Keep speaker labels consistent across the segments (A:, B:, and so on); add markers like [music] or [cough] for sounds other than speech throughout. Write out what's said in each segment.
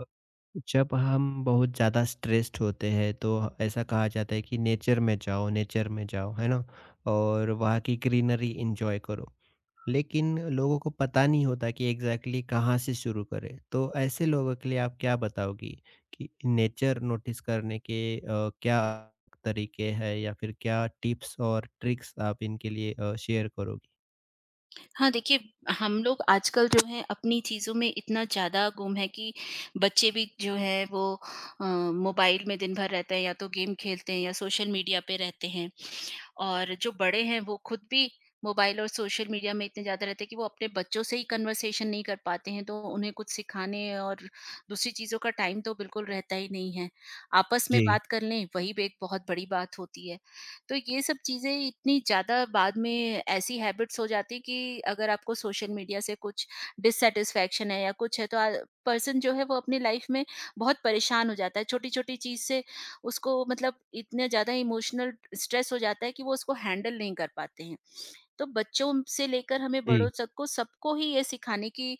A: अ, जब हम बहुत ज़्यादा स्ट्रेस्ड होते हैं तो ऐसा कहा जाता है कि नेचर में जाओ है ना, और वहाँ की ग्रीनरी एंजॉय करो। लेकिन लोगों को पता नहीं होता कि एग्जैक्टली exactly कहाँ से शुरू करें, तो ऐसे लोगों के लिए आप क्या बताओगी कि नेचर नोटिस करने के क्या तरीके हैं, या फिर क्या टिप्स और ट्रिक्स आप इनके लिए शेयर करोगी।
B: हाँ, देखिए। हम लोग आजकल जो है अपनी चीज़ों में इतना ज़्यादा गुम है कि बच्चे भी जो है वो मोबाइल में दिन भर रहते हैं, या तो गेम खेलते हैं या सोशल मीडिया पे रहते हैं। और जो बड़े हैं वो खुद भी मोबाइल और सोशल मीडिया में इतने ज़्यादा रहते हैं कि वो अपने बच्चों से ही कन्वर्सेशन नहीं कर पाते हैं, तो उन्हें कुछ सिखाने और दूसरी चीज़ों का टाइम तो बिल्कुल रहता ही नहीं है। आपस में
A: जी।
B: बात कर लें, वही भी एक बहुत बड़ी बात होती है। तो ये सब चीज़ें इतनी ज़्यादा बाद में ऐसी हैबिट्स हो जाती है कि अगर आपको सोशल मीडिया से कुछ डिससैटिस्फैक्शन है या कुछ है, तो पर्सन जो है वो अपनी लाइफ में बहुत परेशान हो जाता है। छोटी-छोटी चीज़ से उसको मतलब इतने ज़्यादा इमोशनल स्ट्रेस हो जाता है कि वो उसको हैंडल नहीं कर पाते हैं। तो बच्चों से लेकर हमें बड़ों
A: जी।
B: तक को, सबको ही ये सिखाने की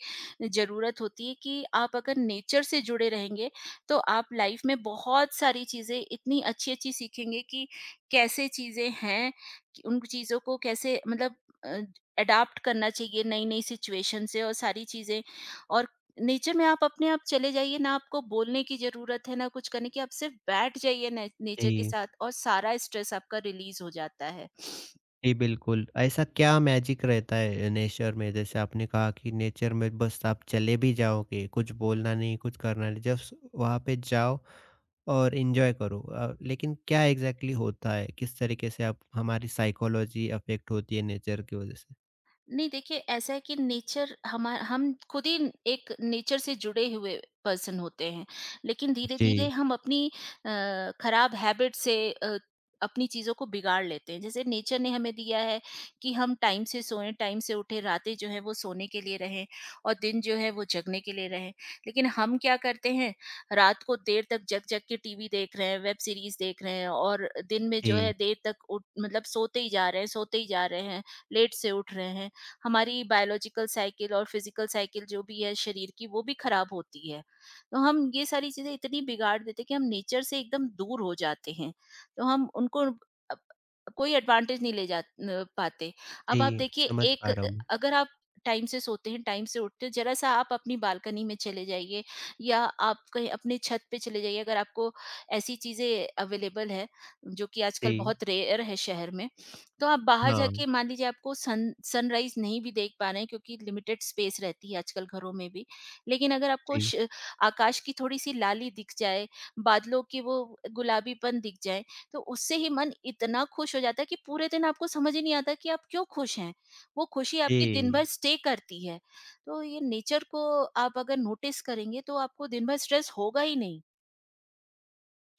B: ज़रूरत होती है कि आप अगर नेचर से जुड़े रहेंगे तो आप लाइफ में बहुत सारी चीज़ें इतनी अच्छी-अच्छी सीखेंगे कि कैसे चीज़ें हैं, कि उन चीज़ों को कैसे मतलब अ, अडॉप्ट करना चाहिए नई-नई सिचुएशन से, और सारी चीज़ें। और नेचर में आप अपने आप चले जाइए, ना आपको बोलने की ज़रूरत है, ना कुछ करने की, आप सिर्फ बैठ जाइए ने नेचर के
A: जी।
B: साथ, और सारा स्ट्रेस आपका रिलीज़ हो जाता है।
A: जी, बिल्कुल। ऐसा क्या मैजिक रहता है नेचर में? जैसे आपने कहा कि नेचर में बस आप चले भी जाओगे, कुछ बोलना नहीं, कुछ करना नहीं, जस्ट वहाँ पे जाओ और एन्जॉय करो। लेकिन क्या एग्ज़ैक्टली होता है? किस तरीके से आप हमारी साइकोलॉजी अफ़ेक्ट होती है नेचर की वज़ह से?
B: नहीं, देखिए, ऐसा है कि नेचर हमा हम खुद ही एक नेचर से जुड़े हुए पर्सन होते हैं। लेकिन धीरे-धीरे
A: जी,
B: हम अपनी अ, खराब हैबिट से अपनी चीज़ों को बिगाड़ लेते हैं। जैसे नेचर ने हमें दिया है कि हम टाइम से सोएँ, टाइम से उठें, रातें जो हैं वो सोने के लिए रहें और दिन जो है वो जगने के लिए रहें। लेकिन हम क्या करते हैं, रात को देर तक जग-जग के टीवी देख रहे हैं, वेब सीरीज़ देख रहे हैं, और दिन में जो है
A: जी,
B: देर तक उठ मतलब सोते ही जा रहे हैं, सोते ही जा रहे हैं, लेट से उठ रहे हैं। हमारी बायोलॉजिकल साइकिल और फिजिकल साइकिल जो भी है, शरीर की वो भी खराब होती है। तो हम ये सारी चीजें इतनी बिगाड़ देते हैं कि हम नेचर से एकदम दूर हो जाते हैं, तो हम उनको कोई एडवांटेज नहीं ले जा पाते। अब आप
A: जी,
B: देखिए,
A: समझ
B: एक
A: पा रहा हूँ मैं।
B: अगर आप टाइम से सोते हैं, टाइम से उठते हैं, जरा सा आप अपनी बालकनी में चले जाइए, या आप कहीं अपने छत पे चले जाइए, अगर आपको ऐसी चीजें अवेलेबल है जो कि आजकल
A: जी,
B: बहुत रेयर है शहर में। तो आप बाहर
A: हाँ,
B: जाके मान लीजिए आपको सन सनराइज़ नहीं भी देख पा रहे हैं, क्योंकि लिमिटेड स्पेस रहती है आजकल घरों में भी। लेकिन अगर आपको
A: जी,
B: श आकाश की थोड़ी-सी लाली दिख जाए, बादलों की वो गुलाबीपन दिख जाए, तो उससे ही मन इतना खुश हो जाता है कि पूरे दिन आपको समझ ही नहीं आता कि आप क्यों खुश हैं? वो खुशी आपकी दिन भर
A: जी।
B: स्टे करती है। तो ये नेचर को आप अगर नोटिस करेंगे, तो आपको दिन भर स्ट्रेस होगा ही नहीं।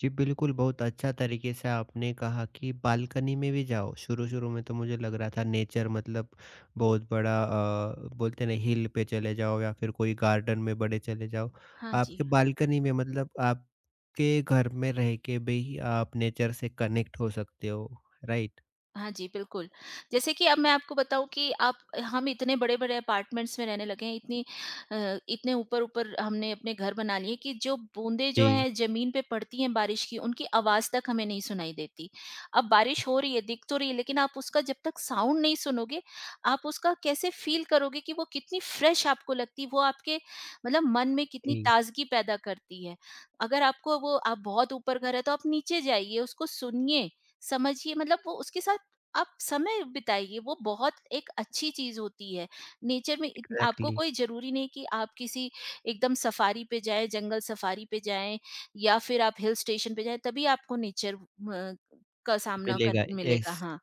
A: जी बिल्कुल, बहुत अच्छा तरीके से आपने कहा कि बालकनी में भी जाओ। शुरू-शुरू में तो मुझे लग रहा था नेचर मतलब बहुत बड़ा बोलते हैं ना हिल पे चले जाओ या फिर कोई गार्डन में बड़े चले जाओ।
B: हाँ जी।
A: आपके बालकनी में मतलब आपके घर में रह के भी आप नेचर से कनेक्ट हो सकते हो, राइट?
B: हाँ जी, बिल्कुल। जैसे कि अब मैं आपको बताऊँ कि आप हम इतने बड़े-बड़े अपार्टमेंट्स में रहने लगे हैं, इतने ऊपर-ऊपर हमने अपने घर बना लिए कि जो बूँदें जो
A: जी,
B: हैं ज़मीन पे पड़ती हैं बारिश की, उनकी आवाज़ तक हमें नहीं सुनाई देती। अब बारिश हो रही है, दिख तो रही है, लेकिन आप उसका जब तक साउंड नहीं सुनोगे, आप उसका कैसे फ़ील करोगे कि वो कितनी फ्रेश आपको लगती है, वो आपके मतलब मन में कितनी
A: जी,
B: ताज़गी पैदा करती है। अगर आपको वो, आप बहुत ऊपर घर है, तो आप नीचे जाइए, उसको सुनिए, समझिए, मतलब वो उसके साथ आप समय बिताइए, वो बहुत एक अच्छी चीज होती है। नेचर में आपको
A: एग्ज़ैक्टली
B: कोई जरूरी नहीं कि आप किसी एकदम सफारी पे जाएं, जंगल सफारी पे जाएं, या फिर आप हिल स्टेशन पे जाएं तभी आपको नेचर का सामना कर
A: मिलेगा, यस,
B: मिलेगा। हाँ।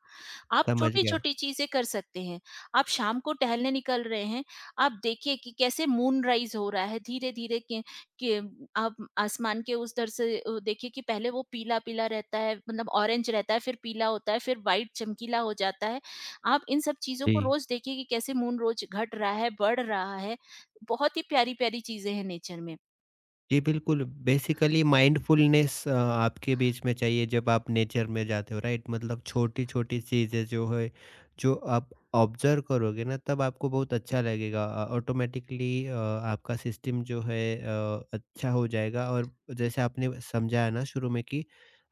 B: आप
A: समझ
B: छोटी
A: गया।
B: छोटी चीजें कर सकते हैं। आप शाम को टहलने निकल रहे हैं, आप देखिए कि कैसे मून राइज हो रहा है धीरे धीरे, कि आप आसमान के उस दर से देखिए कि पहले वो पीला-पीला रहता है, मतलब ऑरेंज रहता है, फिर पीला होता है, फिर व्हाइट चमकीला हो जाता है। आप इन सब चीज़ों
A: जी।
B: को रोज़ देखिए कि कैसे मून रोज़ घट रहा है, बढ़ रहा है। बहुत ही प्यारी-प्यारी चीज़ें हैं नेचर में।
A: जी, बिल्कुल। बेसिकली माइंडफुलनेस आपके बीच में चाहिए जब आप नेचर में जाते हो, राइट? मतलब छोटी-छोटी चीज़ें जो है, जो आप ऑब्ज़र्व करोगे ना, तब आपको बहुत अच्छा लगेगा। ऑटोमैटिकली आपका सिस्टम जो है अच्छा हो जाएगा। और जैसे आपने समझाया ना शुरू में कि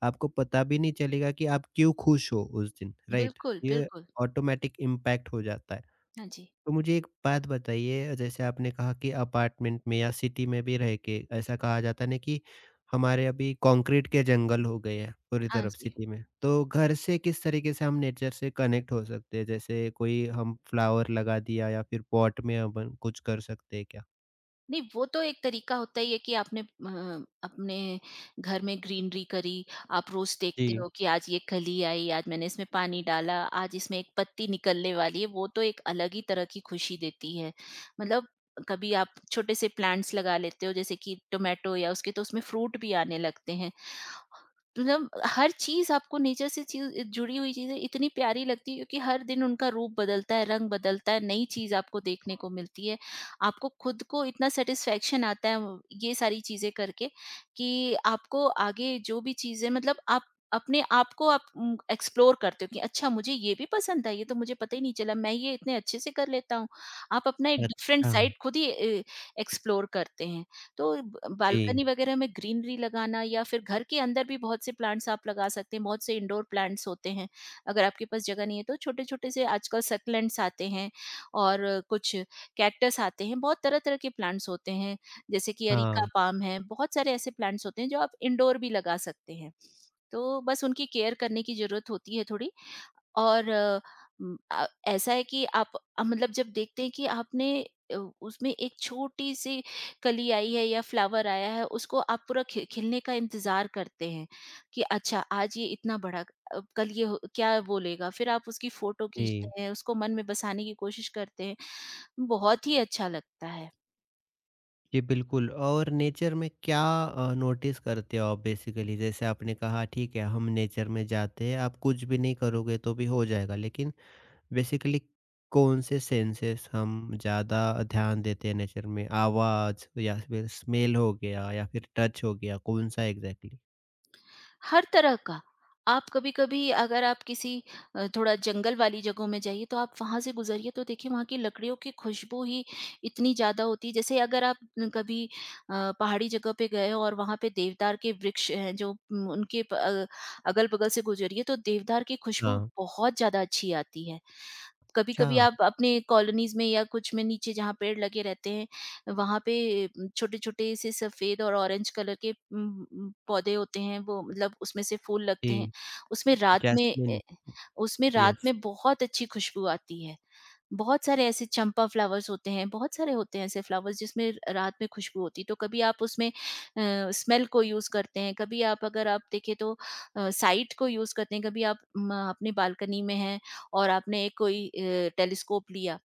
A: आपको पता भी नहीं चलेगा कि आप क्यों खुश हो उस दिन, राइट?
B: बिल्कुल,
A: ये
B: बिल्कुल।
A: ऑटोमैटिक इम्पैक्ट हो जाता है।
B: हाँ जी।
A: तो मुझे एक बात बताइए, जैसे आपने कहा कि अपार्टमेंट में या सिटी में भी रह के, ऐसा कहा जाता है ना कि हमारे अभी कंक्रीट के जंगल हो गए हैं पूरी
B: हाँ
A: तरफ
B: जी।
A: सिटी में, तो घर से किस तरीके से हम नेचर से कनेक्ट हो सकते हैं? जैसे कोई हम फ्लावर लगा दिया या फिर पॉट में अपन कुछ कर सकते हैं क्या?
B: नहीं, वो तो एक तरीका होता ही है कि आपने अपने घर में ग्रीनरी करी। आप रोज देखते
A: जी।
B: हो कि आज ये कली आई, आज मैंने इसमें पानी डाला, आज इसमें एक पत्ती निकलने वाली है, वो तो एक अलग ही तरह की खुशी देती है। मतलब कभी आप छोटे से प्लांट्स लगा लेते हो, जैसे कि टोमेटो या उसके, तो उसमें फ्रूट भी आने लगते हैं। मतलब हर चीज आपको नेचर से, चीज जुड़ी हुई चीजें इतनी प्यारी लगती है क्योंकि हर दिन उनका रूप बदलता है, रंग बदलता है, नई चीज आपको देखने को मिलती है। आपको खुद को इतना सेटिस्फेक्शन आता है ये सारी चीजें करके, कि आपको आगे जो भी चीजें, मतलब आप अपने आप को आप एक्सप्लोर करते हो कि अच्छा मुझे ये भी पसंद था, ये तो मुझे पता ही नहीं चला, मैं ये इतने अच्छे से कर लेता हूँ। आप अपना एक डिफरेंट
A: अच्छा।
B: साइड खुद ही एक्सप्लोर करते हैं। तो ब
A: जी।
B: बालकनी वगैरह में ग्रीनरी लगाना, या फिर घर के अंदर भी बहुत से प्लांट्स आप लगा सकते हैं, बहुत से इंडोर प्लांट्स होते हैं। अगर आपके पास जगह नहीं है तो छोटे-छोटे से आजकल सक्लेंट्स आते हैं और कुछ कैक्टस आते हैं, बहुत तरह-तरह के प्लांट्स होते हैं, जैसे कि अरेका
A: हाँ।
B: पाम है, बहुत सारे ऐसे प्लांट्स होते हैं जो आप इंडोर भी लगा सकते हैं। तो बस उनकी केयर करने की ज़रूरत होती है थोड़ी। और ऐसा है कि आप मतलब जब देखते हैं कि आपने अ, उसमें एक छोटी सी कली आई है या फ्लावर आया है, उसको आप पूरा खि खिलने का इंतज़ार करते हैं, कि अच्छा आज ये इतना बड़ा, कल ये हो क्या बोलेगा? फिर आप उसकी फ़ोटो
A: जी।
B: खींचते हैं, उसको मन में बसाने की कोशिश करते हैं। बहुत ही अच्छा लगता है।
A: जी, बिल्कुल। और नेचर में क्या नोटिस करते हो आप बेसिकली? जैसे आपने कहा ठीक है, हम नेचर में जाते हैं, आप कुछ भी नहीं करोगे तो भी हो जाएगा, लेकिन बेसिकली कौन से सेंसेस हम ज़्यादा ध्यान देते हैं नेचर में? आवाज़ या फिर स्मेल हो गया या फिर टच हो गया, कौन-सा एग्ज़ैक्टली?
B: हर तरह का। आप कभी-कभी, अगर आप किसी थोड़ा जंगल वाली जगहों में जाइए, तो आप वहाँ से गुज़रिए, तो देखिए वहाँ की लकड़ियों की खुशबू ही इतनी ज़्यादा होती है। जैसे अगर आप कभी पहाड़ी जगह पे गए हो और वहाँ पे देवदार के वृक्ष हैं, जो उनके अगल-बगल से गुज़रिए तो देवदार की खुशबू
A: हाँ,
B: बहुत ज़्यादा अच्छी आती है।
A: अच्छा,
B: कभी-कभी आप अपने कॉलोनीज़ में या कुछ में नीचे जहाँ पेड़ लगे रहते हैं, वहाँ पे छोटे-छोटे से सफ़ेद और ऑरेंज कलर के पौधे होते हैं, वो मतलब उसमें से फूल लगते
A: जी,
B: हैं। उसमें रात में ए
A: जैस्मिन,
B: उसमें रात
A: यस,
B: में बहुत अच्छी खुशबू आती है। बहुत सारे ऐसे चंपा फ्लावर्स होते हैं, बहुत सारे होते हैं ऐसे फ्लावर्स जिसमें रात में खुशबू होती है। तो कभी आप उसमें स्मेल को यूज़ करते हैं, कभी आप, अगर आप देखें तो साइट को यूज़ करते हैं, कभी आप म अपनी बालकनी में हैं और आपने एक कोई टेलिस्कोप लिया,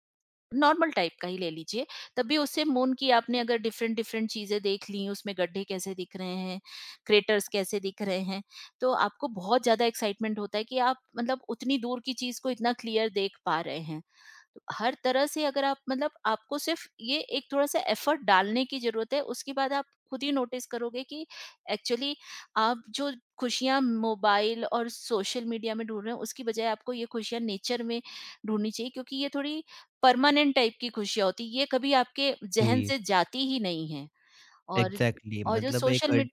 B: नॉर्मल टाइप का ही ले लीजिए, तब भी उससे मून की आपने अगर डिफरेंट-डिफरेंट चीज़ें देख लीं, उसमें गड्ढे कैसे दिख रहे हैं, क्रेटर्स कैसे दिख रहे हैं, तो आपको बहुत ज़्यादा एक्साइटमेंट होता है कि आप, मतलब, उतनी दूर की चीज़ को इतना क्लियर देख पा रहे हैं। तो हर तरह से, अगर आप मतलब आपको सिर्फ ये एक थोड़ा-सा एफर्ट डालने की ज़रूरत है, उसके बाद आप खुद ही नोटिस करोगे कि एक्चुअली आप जो खुशियाँ मोबाइल और सोशल मीडिया में ढूँढ रहे हो, उसकी बजाय आपको ये खुशियाँ नेचर में ढूँढनी चाहिए, क्योंकि ये थोड़ी परमानेंट टाइप की खुशियाँ होती हैं, ये कभी आपके ज़हन
A: जी,
B: से जाती ही नहीं हैं। और
A: एग्ज़ैक्टली
B: और जो
A: मतलब एक
B: सोशल मीड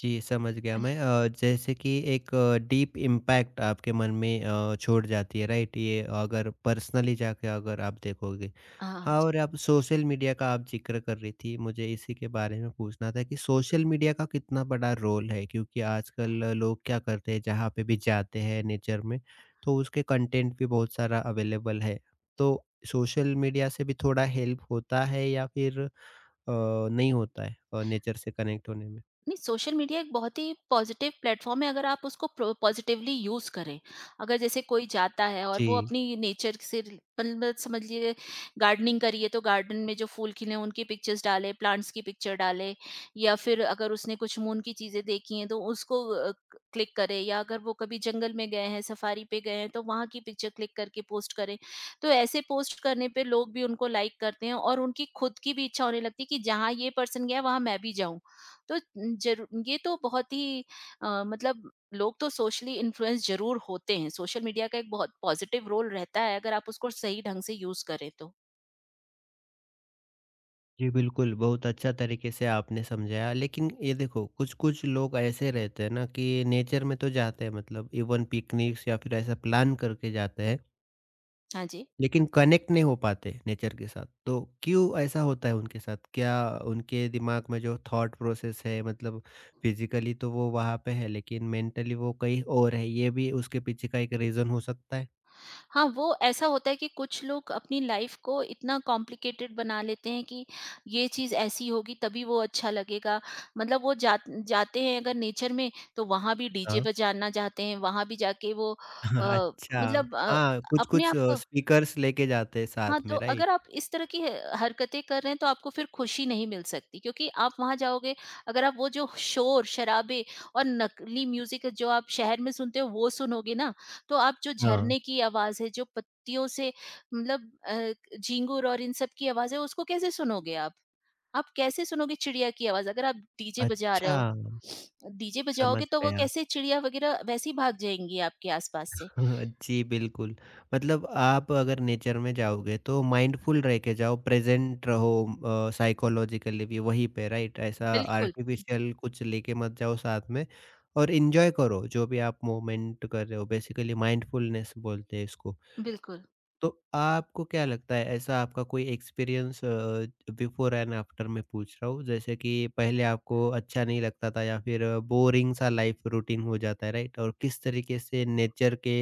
A: जी, समझ गया मैं। जैसे कि एक डीप इम्पैक्ट आपके मन में छोड़ जाती है, राइट? ये अगर पर्सनली जाके अगर आप देखोगे।
B: हाँ।
A: हाँ, और आप सोशल मीडिया का आप ज़िक्र कर रही थी, मुझे इसी के बारे में पूछना था कि सोशल मीडिया का कितना बड़ा रोल है? क्योंकि आजकल लोग क्या करते हैं जहाँ पे भी जाते हैं नेचर में, तो उसके कंटेंट भी बहुत सारा अवेलेबल है। तो सोशल मीडिया से भी थोड़ा हेल्प होता है या फिर अ, नहीं होता है नेचर से कनेक्ट होने में?
B: नहीं, सोशल मीडिया एक बहुत ही पॉजिटिव प्लेटफॉर्म है, अगर आप उसको पॉजिटिवली यूज करें। अगर जैसे कोई जाता है और वो
A: जी।
B: अपनी नेचर से मतलब समझिए, गार्डनिंग करिए तो गार्डन में जो फूल खिले हैं, उनकी पिक्चर्स डाले, प्लांट्स की पिक्चर डाले, या फिर अगर उसने कुछ मून की चीजें देखी हैं तो उसको क्लिक करे, या अगर वो कभी जंगल में गए हैं, सफारी पे गए हैं तो वहाँ की पिक्चर क्लिक करके पोस्ट करें। तो ऐसे पोस्ट करने पे लोग भी उनको लाइक करते हैं, और उनकी खुद की भी इच्छा होने लगती है कि जहाँ ये पर्सन गया वहाँ मैं भी जाऊँ। तो जरू ये तो बहुत ही मतलब, लोग तो सोशली इन्फ्लुएंस ज़रूर होते हैं। सोशल मीडिया का एक बहुत पॉज़िटिव रोल रहता है, अगर आप उसको सही ढंग से यूज़ करें तो।
A: जी, बिल्कुल, बहुत अच्छा तरीके से आपने समझाया। लेकिन ये देखो, कुछ-कुछ लोग ऐसे रहते हैं ना कि नेचर में तो जाते हैं, मतलब इवन पिकनिक्स या फिर ऐसा प्लान करके जाते हैं,
B: हाँ जी।
A: लेकिन कनेक्ट नहीं हो पाते नेचर के साथ। तो क्यों ऐसा होता है उनके साथ? क्या उनके दिमाग में जो थॉट प्रोसेस है मतलब फिज़िकली तो वो वहाँ पे है, लेकिन मेंटली वो कहीं और है, ये भी उसके पीछे का एक रीज़न हो सकता है?
B: हाँ, वो ऐसा होता है कि कुछ लोग अपनी लाइफ़ को इतना कॉम्प्लिकेटेड बना लेते हैं कि ये चीज़ ऐसी होगी तभी वो अच्छा लगेगा। मतलब वो जाते हैं अगर नेचर में, तो वहाँ भी डीजे
A: हाँ।
B: बजाना चाहते हैं, वहाँ भी जाके वो
A: [laughs] अच्छा,
B: मतलब
A: हाँ,
B: अपने
A: कुछ-कुछ
B: आप को।
A: स्पीकर्स लेके जाते हैं
B: हाँ,
A: साथ
B: तो
A: में, राइट?
B: अगर आप इस तरह की ह हरकतें कर रहे हैं तो आपको फिर खुशी नहीं मिल सकती, क्योंकि आप वहाँ जाओगे, अगर आप वो जो शोर, शराबे और नकली म्यूज़िक जो आप शहर में सुनते हो वो सुनोगे ना, तो आप जो
A: हाँ।
B: झरने की आवाज़ है, जो पत्तियों से मतलब झींगुर और इन सब की आवाज़ है, उसको कैसे सुनोगे आप? आप कैसे सुनोगे चिड़िया की आवाज़, अगर आप डीजे बजा रहे
A: अच्छा,
B: हो? डीजे बजाओगे
A: समझ
B: तो वो
A: गया।
B: कैसे, चिड़िया वग़ैरह वैसे ही भाग जाएँगी आपके आस-पास से।
A: [laughs] जी, बिल्कुल। मतलब आप अगर नेचर में जाओगे तो माइंडफुल रह के जाओ, प्रेज़ेंट रहो, साइकोलॉजिकली भी वहीं पे राइट? ऐसा
B: बिल्कुल,
A: आर्टिफ़िशियल कुछ लेके मत जाओ साथ में, और एन्जॉय करो जो भी आप मोमेंट कर रहे हो, बेसिकली माइंडफुलनेस बोलते हैं इसको।
B: बिल्कुल।
A: तो आपको क्या लगता है, ऐसा आपका कोई एक्सपीरियंस, बिफोर एंड आफ्टर मैं पूछ रहा हूँ, जैसे कि पहले आपको अच्छा नहीं लगता था या फिर बोरिंग सा लाइफ रूटीन हो जाता है राइट, और किस तरीके से नेचर के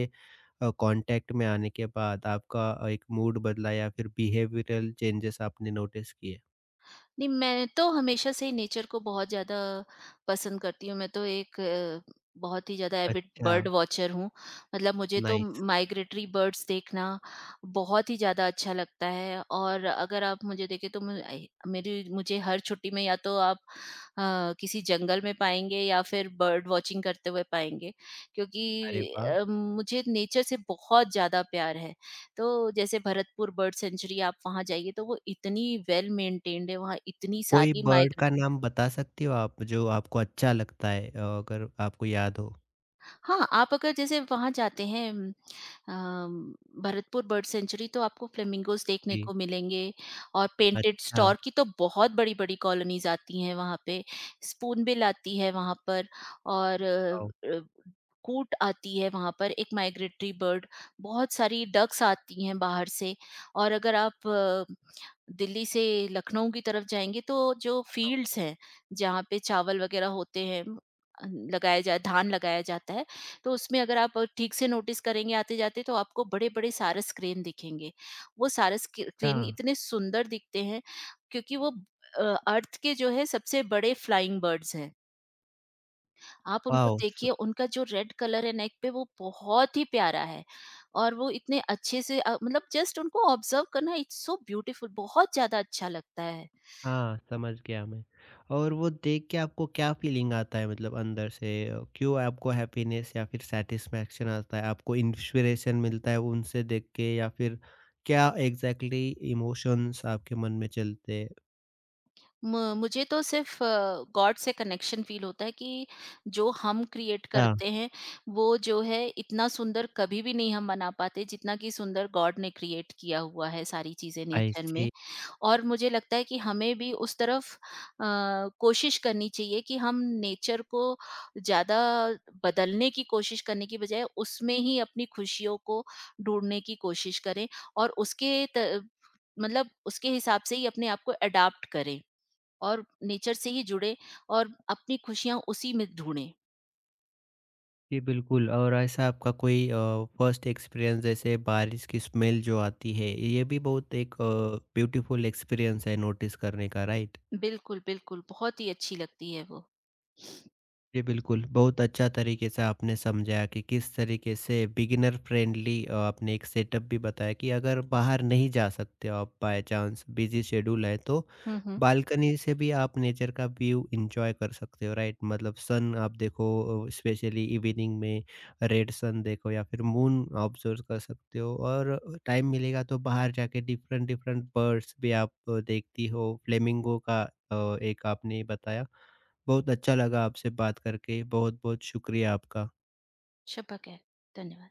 A: कांटेक्ट में आने के बाद आपका एक मूड बदला या फिर बिहेवियरल चेंजेस आपने नोटिस किए?
B: नहीं, मैं तो हमेशा से ही नेचर को बहुत ज़्यादा पसंद करती हूँ। मैं तो एक बहुत ही ज़्यादा एविड
A: अच्छा।
B: बर्ड वॉचर हूँ। मतलब मुझे तो
A: नाइस।
B: माइग्रेटरी बर्ड्स देखना बहुत ही ज़्यादा अच्छा लगता है, और अगर आप मुझे देखें तो मैं आई मेरी मुझे हर छुट्टी में या तो आप किसी जंगल में पाएँगे, या फिर बर्ड वॉचिंग करते हुए पाएँगे, क्योंकि
A: अरे वाह।
B: मुझे नेचर से बहुत ज़्यादा प्यार है। तो जैसे भरतपुर बर्ड सेंचुरी, आप वहाँ जाइए तो वो इतनी वेल मेंटेन्ड है, वहाँ इतनी
A: कोई
B: सारी
A: बर्ड का
B: माइग्रेटरी।
A: नाम बता सकती हो आप जो आपको अच्छा लगता है, अगर आपको याद हो?
B: हाँ, आप अगर जैसे वहाँ जाते हैं अम, भरतपुर बर्ड सेंचुरी, तो आपको फ्लेमिंगोज़ देखने
A: जी।
B: को मिलेंगे, और पेंटेड
A: अच्छा।
B: स्टोर की तो बहुत बड़ी-बड़ी कॉलोनीज़ आती हैं वहाँ पे। स्पूनबिल आती है वहाँ पर, और
A: वाओ।
B: अ, कूट आती है वहाँ पर, एक माइग्रेटरी बर्ड, बहुत सारी डक्स आती हैं बाहर से। और अगर आप दिल्ली से लखनऊ की तरफ जाएँगे, तो जो फ़ील्ड्स हैं, जहाँ पे चावल वग़ैरह होते हैं, अ, लगाया जाए धान लगाया जाता है, तो उसमें अगर आप ठीक से नोटिस करेंगे आते-जाते, तो आपको बड़े-बड़े सारस क्रेन दिखेंगे। वो सारस क
A: क्या।
B: क्रेन इतने सुंदर दिखते हैं, क्योंकि वो अ, अर्थ के जो है सबसे बड़े फ्लाइंग बर्ड्स हैं। आप उनको
A: वाओ।
B: देखिए, उनका जो रेड कलर है नेक पे वो बहुत ही प्यारा है, और वो इतने अच्छे से मतलब जस्ट उनको ऑब्जर्व करना, इट्स सो ब्यूटीफुल, बहुत ज्यादा अच्छा लगता है।
A: हाँ, समझ गया मैं। और वो देख के आपको क्या फ़ीलिंग आता है, मतलब अंदर से? क्यों आपको हैप्पीनेस या फिर सैटिस्फैक्शन आता है? आपको इंस्पिरेशन मिलता है उनसे देख के, या फिर क्या एग्ज़ैक्टली इमोशंस आपके मन में चलते हैं?
B: मुझे तो सिर्फ गॉड से कनेक्शन फील होता है कि जो हम क्रिएट
A: अच्छा,
B: करते हैं, वो जो है इतना सुंदर कभी भी नहीं हम बना पाते, जितना कि सुंदर गॉड ने क्रिएट किया हुआ है, सारी चीजें
A: आई
B: नेचर में।
A: सी।
B: और मुझे लगता है कि हमें भी उस तरफ कोशिश करनी चाहिए कि हम नेचर को ज़्यादा बदलने की कोशिश करने की बजाय उसमें ही अपनी खुशियों को ढूँढने की कोशिश करें, और उसके त मतलब उसके हिसाब से ही अपने आप को अडॉप्ट करें, और नेचर से ही जुड़े, और अपनी खुशियाँ उसी में ढूँढें।
A: जी, बिल्कुल। और ऐसा आपका कोई फ़र्स्ट एक्सपीरियंस, जैसे बारिश की स्मेल जो आती है, ये भी बहुत एक ब्यूटीफुल एक्सपीरियंस है नोटिस करने का, राइट?
B: बिल्कुल, बिल्कुल, बहुत ही अच्छी लगती है वो।
A: जी, बिल्कुल। बहुत अच्छा तरीके से आपने समझाया कि किस तरीके से बिगिनर फ्रेंडली आपने एक सेटअप भी बताया कि अगर बाहर नहीं जा सकते हो आप बाय चांस बिज़ी शेड्यूल है तो,
B: हुँ, हुँ,
A: बालकनी से भी आप नेचर का व्यू एन्जॉय कर सकते हो, राइट? मतलब सन आप देखो, स्पेशली इवनिंग में रेड सन देखो या फिर मून ऑब्जर्व कर सकते हो, और टाइम मिलेगा तो बाहर जाके डिफरेंट-डिफरेंट बर्ड्स भी आप देखती हो, फ्लेमिंगो का एक आपने बताया। बहुत अच्छा लगा आपसे बात करके, बहुत बहुत शुक्रिया आपका।
B: शब्बा खैर, धन्यवाद।